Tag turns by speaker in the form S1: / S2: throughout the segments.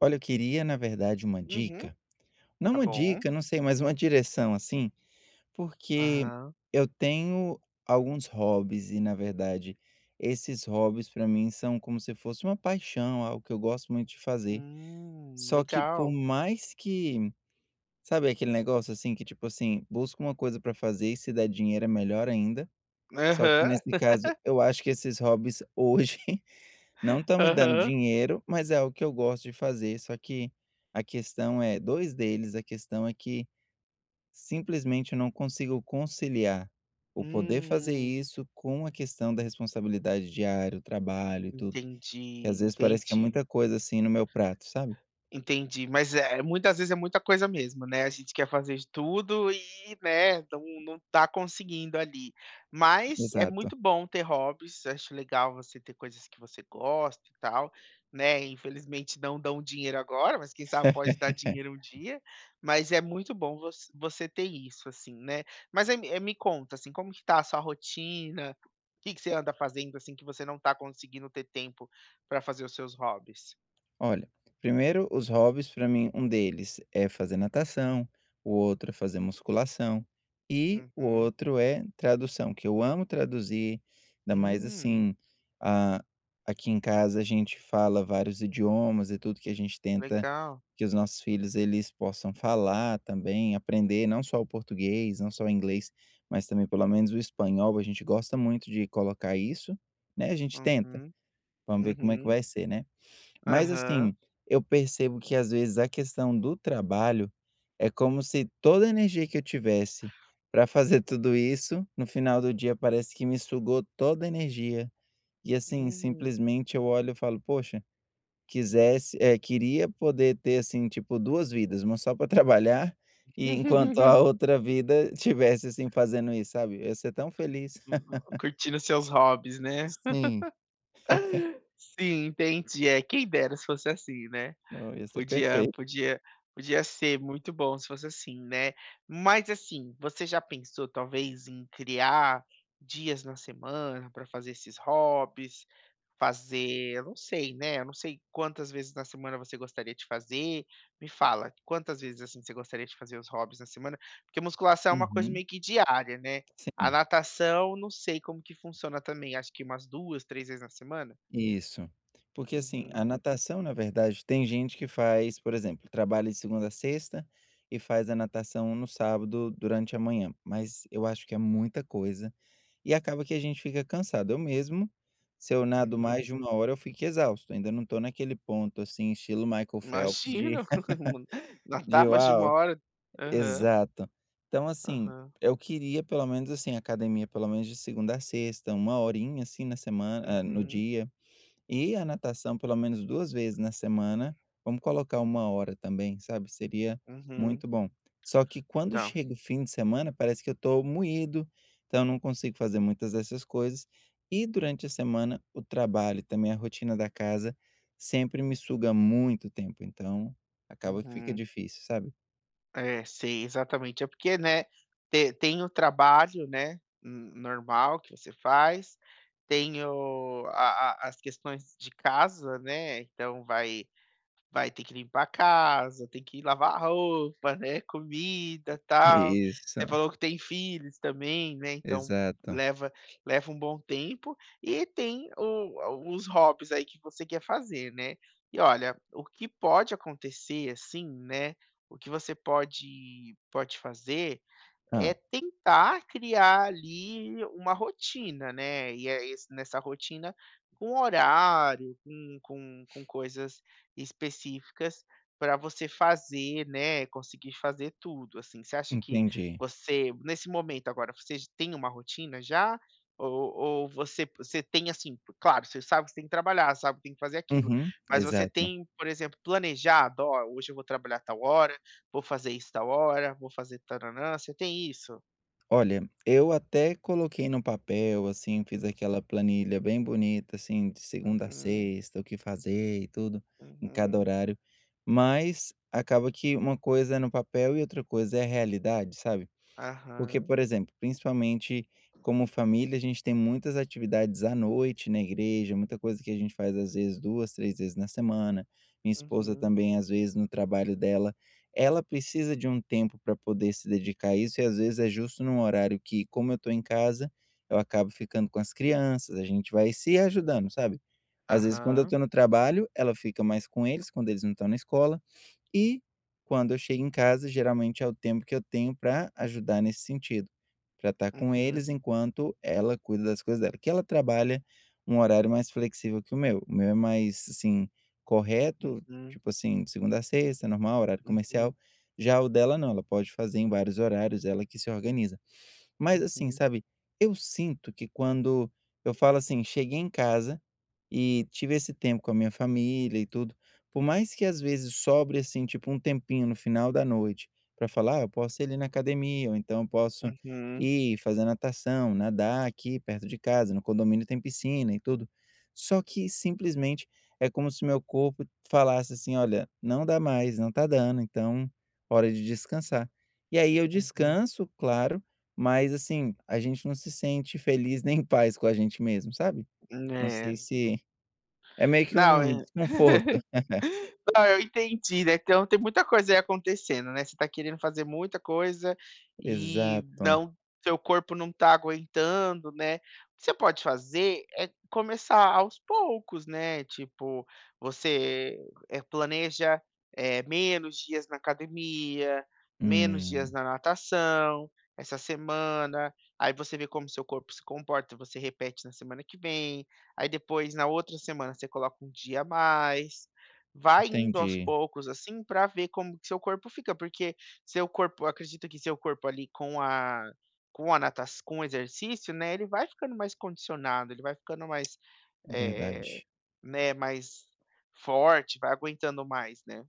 S1: Olha, eu queria, na verdade, uma
S2: Uhum,
S1: dica. Não
S2: tá
S1: uma
S2: bom.
S1: dica, não sei, mas uma direção assim, porque
S2: Aham.
S1: eu tenho alguns hobbies e, na verdade, esses hobbies para mim são como se fosse uma paixão, algo que eu gosto muito de fazer. Só que por
S2: Legal.
S1: mais que, sabe aquele negócio assim que tipo assim, busca uma coisa para fazer e se der dinheiro é melhor ainda. Só que
S2: Aham,
S1: nesse caso, eu acho que esses hobbies hoje não estão me dando
S2: aham.
S1: dinheiro, mas é o que eu gosto de fazer, só que a questão é 2 deles, a questão é que simplesmente eu não consigo conciliar o poder fazer
S2: Hum,
S1: isso com a questão da responsabilidade diária, o trabalho e tudo, que
S2: entendi,
S1: às vezes parece que é
S2: entendi.
S1: muita coisa, assim, no meu prato, sabe?
S2: Entendi, mas é muitas vezes é muita coisa mesmo, né, a gente quer fazer de tudo e, né, não tá conseguindo ali. Mas é
S1: Exato.
S2: muito bom ter hobbies, acho legal você ter coisas que você gosta e tal, né, infelizmente não dão dinheiro agora, mas quem sabe pode dar dinheiro um dia, mas é muito bom você ter isso, assim, né. Mas aí me conta, assim, como que tá a sua rotina. O que que você anda fazendo, assim, que você não tá conseguindo ter tempo para fazer os seus hobbies?
S1: Olha, primeiro os hobbies para mim, um deles é fazer natação, o outro é fazer musculação e o
S2: Uhum.
S1: outro é tradução, que eu amo traduzir, ainda mais
S2: Hum,
S1: assim, a aqui em casa a gente fala vários idiomas e tudo que a gente tenta
S2: legal.
S1: que os nossos filhos eles possam falar também, aprender não só o português, não só o inglês, mas também pelo menos o espanhol, a gente gosta muito de colocar isso, né, a gente tenta,
S2: Uhum,
S1: vamos ver como é que
S2: uhum,
S1: vai ser, né. Mas
S2: aham.
S1: assim, eu percebo que às vezes a questão do trabalho é como se toda a energia que eu tivesse para fazer tudo isso, no final do dia parece que me sugou toda a energia. E assim,
S2: Hum.
S1: simplesmente eu olho e falo, poxa, quisesse, queria poder ter assim, tipo, duas vidas, uma só para trabalhar e enquanto a outra vida tivesse assim fazendo isso, sabe? Eu ia ser tão feliz.
S2: Curtindo seus hobbies, né?
S1: Sim,
S2: Sim, entendi. É, quem dera se fosse assim, né?
S1: eu ia ser
S2: Podia
S1: perfeito.
S2: podia podia ser muito bom se fosse assim, né. Mas assim, você já pensou talvez em criar dias na semana para fazer esses hobbies, fazer eu não sei, né, eu não sei quantas vezes na semana você gostaria de fazer. Me fala, quantas vezes, assim, você gostaria de fazer os hobbies na semana? Porque musculação é uma coisa
S1: Uhum,
S2: meio que diária, né. A
S1: sim.
S2: natação, não sei como que funciona também, acho que umas 2 3 vezes na semana?
S1: Isso. Porque, assim,
S2: Uhum,
S1: a natação, na verdade, tem gente que faz, por exemplo, trabalha de segunda a sexta e faz a natação no sábado durante a manhã, mas eu acho que é muita coisa e acaba que a gente fica cansado. Eu mesmo, se eu nado
S2: uhum.
S1: mais de uma hora, eu fico exausto, ainda não estou naquele ponto, assim, estilo Michael Phelps de
S2: Imagina, nadar
S1: de
S2: mais de uma
S1: "Uau!"
S2: hora. Aham,
S1: Exato. Então, assim,
S2: aham.
S1: eu queria pelo menos, assim, academia pelo menos de segunda a sexta, uma horinha, assim, na semana no
S2: Uhum,
S1: dia. E a natação pelo menos 2 vezes na semana, vamos colocar uma hora também, sabe, seria
S2: uhum.
S1: muito bom. Só que quando
S2: Tá.
S1: chega o fim de semana, parece que eu estou moído, então eu não consigo fazer muitas dessas coisas. E durante a semana, o trabalho, também a rotina da casa, sempre me suga muito tempo, então acaba que fica
S2: Uhum.
S1: difícil, sabe.
S2: É, sei, exatamente. É porque, né, te tem o trabalho, né, n normal que você faz, tem o a as questões de casa, né, então vai ter que limpar a casa, tem que lavar a roupa, né, comida, tal.
S1: Isso,
S2: Você falou que tem filhos também, né, então
S1: exato.
S2: leva leva um bom tempo. E tem o os hobbies aí que você quer fazer, né. E olha, o que pode acontecer, assim, né, o que você pode fazer
S1: Ah,
S2: é tentar criar ali uma rotina, né, e é esse nessa rotina com horário, com com coisas específicas para você fazer, né, conseguir fazer tudo, assim. Você acha que
S1: entendi.
S2: você nesse momento agora, você j tem uma rotina já? Ou você tem, assim claro, você sabe que você tem que trabalhar, sabe que tem que fazer aquilo,
S1: Uhum,
S2: mas você
S1: exato.
S2: tem, por exemplo, planejado: "Ó, hoje eu vou trabalhar tal hora. Vou fazer isso tal hora, vou fazer tã-nã-nã", você tem isso?
S1: Olha, eu até coloquei no papel, assim, fiz aquela planilha bem bonita, assim, de segunda a
S2: Uhum,
S1: sexta, o que fazer e tudo, em cada
S2: uhum,
S1: horário, mas acaba que uma coisa é no papel e outra coisa é a realidade, sabe? Porque,
S2: aham,
S1: por exemplo, principalmente como família, a gente tem muitas atividades à noite na igreja, muita coisa que a gente faz às vezes 2 3 vezes na semana. Minha esposa
S2: uhum,
S1: também, às vezes, no trabalho dela, ela precisa de um tempo para poder se dedicar a isso e às vezes é justo num horário que, como eu estou em casa, eu acabo ficando com as crianças, a gente vai se ajudando, sabe. Às vezes, quando eu
S2: aham,
S1: estou no trabalho, ela fica mais com eles, quando eles não estão na escola e quando eu chego em casa, geralmente é o tempo que eu tenho para ajudar nesse sentido, para estar com
S2: uhum,
S1: eles enquanto ela cuida das coisas dela, que ela trabalha um horário mais flexível que o meu. O meu é mais, assim, correto,
S2: uhum,
S1: tipo assim, de segunda a sexta, normal, horário
S2: uhum,
S1: comercial. Já o dela não, ela pode fazer em vários horários, ela que se organiza. Mas assim,
S2: uhum,
S1: sabe, eu sinto que quando eu falo assim: "Cheguei em casa" e tive esse tempo com a minha família e tudo. Por mais que às vezes sobre, assim, tipo um tempinho no final da noite para falar: "Ah, eu posso ir ali na academia", ou então eu posso
S2: uhum,
S1: ir fazer natação, nadar aqui perto de casa, no condomínio tem piscina e tudo. Só que simplesmente é como se meu corpo falasse assim: "Olha, não dá mais, não tá dando, então hora de descansar". E aí eu
S2: uhum,
S1: descanso, claro, mas assim, a gente não se sente feliz nem em paz com a gente mesmo, sabe? Não
S2: é.
S1: sei se é meio que um
S2: Não.
S1: desconforto.
S2: Ah, eu entendi, né, então tem muita coisa aí acontecendo, né, você tá querendo fazer muita coisa e
S1: Exato.
S2: não seu corpo não tá aguentando, né. O que você pode fazer é começar aos poucos, né, tipo, você, planeja, menos dias na academia, menos dias
S1: Hum,
S2: na natação essa semana, aí você vê como seu corpo se comporta, você repete na semana que vem, aí depois na outra semana você coloca um dia a mais. Vai indo aos
S1: entendi.
S2: poucos, assim, pra ver como que seu corpo fica, porque seu corpo eu acredito que seu corpo ali com a natas com o exercício, né, ele vai ficando mais condicionado, ele vai ficando mais,
S1: É
S2: eh,
S1: verdade.
S2: né, mais forte, vai aguentando mais, né.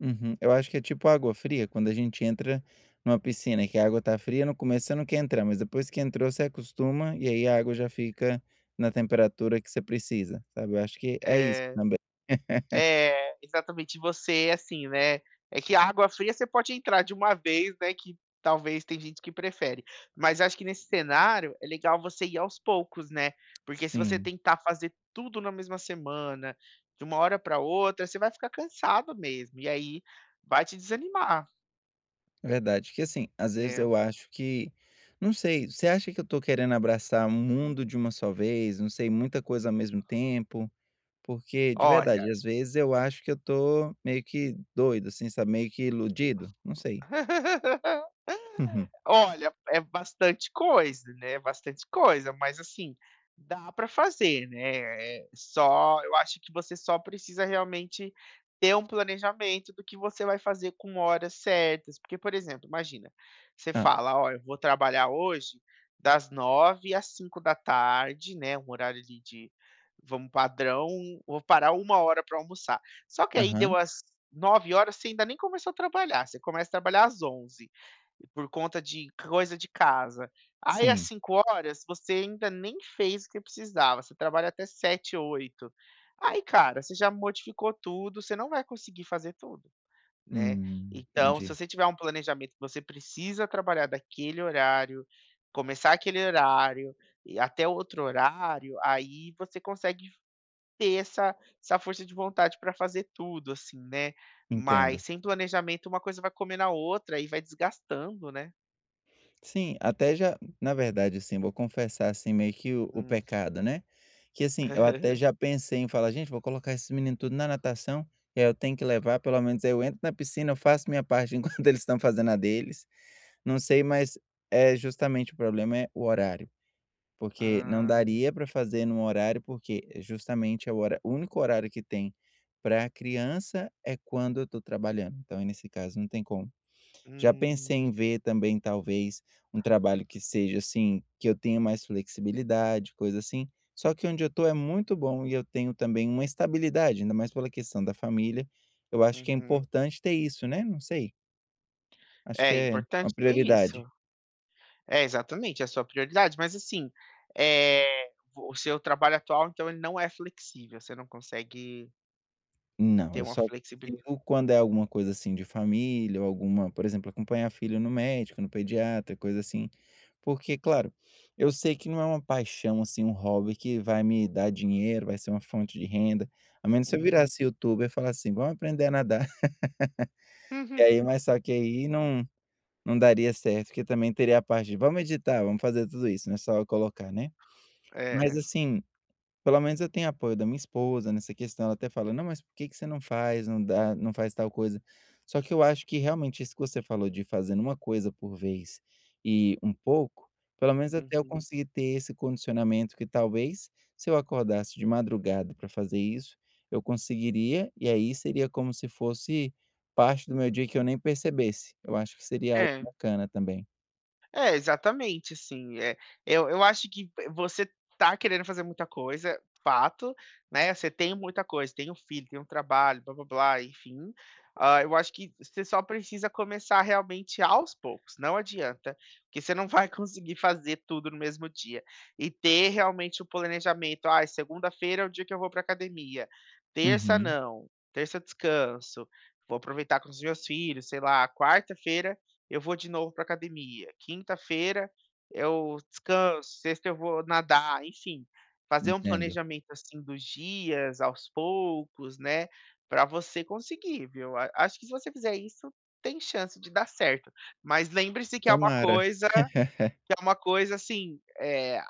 S1: Uhum. Eu acho que é tipo água fria, quando a gente entra numa piscina, que a água tá fria, no começo você não quer entrar, mas depois que entrou você acostuma, e aí a água já fica na temperatura que você precisa, sabe. Eu acho que é isso
S2: Eh
S1: também.
S2: É, exatamente, você, é assim, né, é que a água fria você pode entrar de uma vez, né, que talvez tem gente que prefere. Mas acho que nesse cenário é legal você ir aos poucos, né, porque se você
S1: Sim,
S2: tentar fazer tudo na mesma semana, de uma hora para outra, você vai ficar cansado mesmo, e aí vai te desanimar,
S1: verdade. Que assim, às vezes
S2: né.
S1: eu acho que não sei, você acha que eu tô querendo abraçar o mundo de uma só vez, não sei, muita coisa ao mesmo tempo? Porque, de
S2: Olha.
S1: verdade, às vezes eu acho que eu tô meio que doido, assim, sabe, meio que iludido, não sei. Uhum.
S2: Olha, é bastante coisa, né, bastante coisa, mas assim, dá para fazer, né, só eu acho que você só precisa realmente ter um planejamento do que você vai fazer com horas certas, porque, por exemplo, imagina, você
S1: Ah,
S2: fala: "Ó, eu vou trabalhar hoje das nove às cinco da tarde, né, um horário ali de vamos padrão, vou parar 1 hora para almoçar. Só que aí deu
S1: aham,
S2: as 9 horas você ainda nem começou a trabalhar, você começa a trabalhar às 11. Por conta de coisa de casa. Aí às
S1: sim.
S2: 5 horas você ainda nem fez o que precisava, você trabalha até 7, 8. Aí, cara, você já modificou tudo, você não vai conseguir fazer tudo, né. Então, se
S1: Entendi,
S2: você tiver um planejamento que você precisa trabalhar daquele horário, começar aquele horário e até outro horário, aí você consegue ter essa força de vontade para fazer tudo, assim, né. Mas
S1: entendo.
S2: sem planejamento, uma coisa vai comer na outra e vai desgastando, né.
S1: Sim, até já na verdade, assim, vou confessar, assim, meio que o
S2: Hum.
S1: pecado, né, que, assim, eu até já pensei em falar: "Gente, vou colocar esses meninos tudo na natação, e aí eu tenho que levar, pelo menos aí eu entro na piscina, eu faço minha parte enquanto eles estão fazendo a deles", não sei, mas, é justamente o problema é o horário. Porque não
S2: Ah,
S1: daria para fazer num horário, porque justamente é o único horário que tem pra criança é quando eu estou trabalhando, então aí nesse caso não tem como. Já pensei em
S2: hum,
S1: ver também talvez um trabalho que seja, assim, que eu tenha mais flexibilidade, coisa assim, só que onde eu estou é muito bom e eu tenho também uma estabilidade, ainda mais pela questão da família, eu acho que é
S2: uhum.
S1: importante ter isso, né, não sei, acho
S2: É
S1: que é
S2: importante
S1: uma
S2: ter isso.
S1: prioridade.
S2: É, exatamente, é a sua prioridade, mas assim, eh, o seu trabalho atual, então, ele não é flexível, você não consegue
S1: Não,
S2: ter
S1: eu
S2: uma
S1: só
S2: flexibilidade.
S1: sigo quando é alguma coisa, assim, de família ou alguma por exemplo, acompanhar filho no médico, no pediatra, coisa assim. Porque, claro, eu sei que não é uma paixão, assim, um hobby que vai me dar dinheiro, vai ser uma fonte de renda, a menos se eu
S2: Uhum.
S1: virasse youtuber e falasse assim: "Vamos aprender a nadar". E aí mas só que aí não daria certo, porque também teria a parte de: "Vamos editar, vamos fazer tudo isso", não é só eu colocar, né. Mas
S2: É,
S1: assim pelo menos eu tenho apoio da minha esposa nessa questão, ela até fala: "Não, mas por que que você não faz, não dá não faz tal coisa?". Só que eu acho que realmente isso que você falou de fazendo uma coisa por vez e um pouco, pelo menos até eu
S2: uhum.
S1: conseguir ter esse condicionamento que talvez se eu acordasse de madrugada para fazer isso, eu conseguiria, e aí seria como se fosse parte do meu dia que eu nem percebesse. Eu acho que seria algo
S2: É.
S1: bacana também.
S2: É, exatamente, assim, eu acho que você tá querendo fazer muita coisa, fato, né, você tem muita coisa, tem um filho, tem um trabalho, blá-blá-blá, enfim. Ah, eu acho que você só precisa começar realmente aos poucos, não adianta, porque você não vai conseguir fazer tudo no mesmo dia. E ter realmente o planejamento, ah, segunda-feira é o dia que eu vou para academia, terça
S1: Uhum,
S2: não, terça eu descanso, vou aproveitar com os meus filhos, sei lá, quarta-feira eu vou de novo para academia, quinta-feira eu descanso, sexta eu vou nadar, enfim, fazer um
S1: entendo.
S2: planejamento, assim, dos dias aos poucos, né, para você conseguir, viu. A acho que se você fizer isso, tem chance de dar certo, mas lembre-se que é uma
S1: Tomara.
S2: coisa que é uma coisa, assim,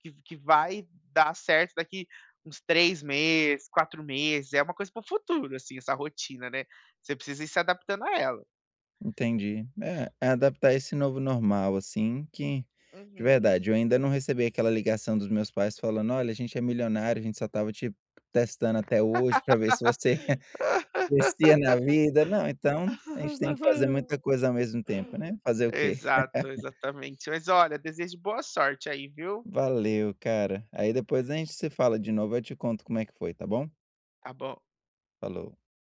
S2: que vai dar certo daqui uns 3 meses, 4 meses, é uma coisa para o futuro, assim, essa rotina, né, você precisa ir se adaptando a ela.
S1: Entendi. É, é adaptar esse novo normal, assim, que de
S2: Uhum.
S1: verdade, eu ainda não recebi aquela ligação dos meus pais falando: "Olha, a gente é milionário, a gente só estava te testando até hoje para ver se você crescia na vida". Não, então a gente tem que fazer muita coisa ao mesmo tempo, né. Fazer o quê?
S2: Exato, exatamente. Mas olha, desejo boa sorte aí, viu?
S1: Valeu, cara. Aí depois a gente se fala de novo, eu te conto como é que foi, tá bom?
S2: Tá bom.
S1: Falou.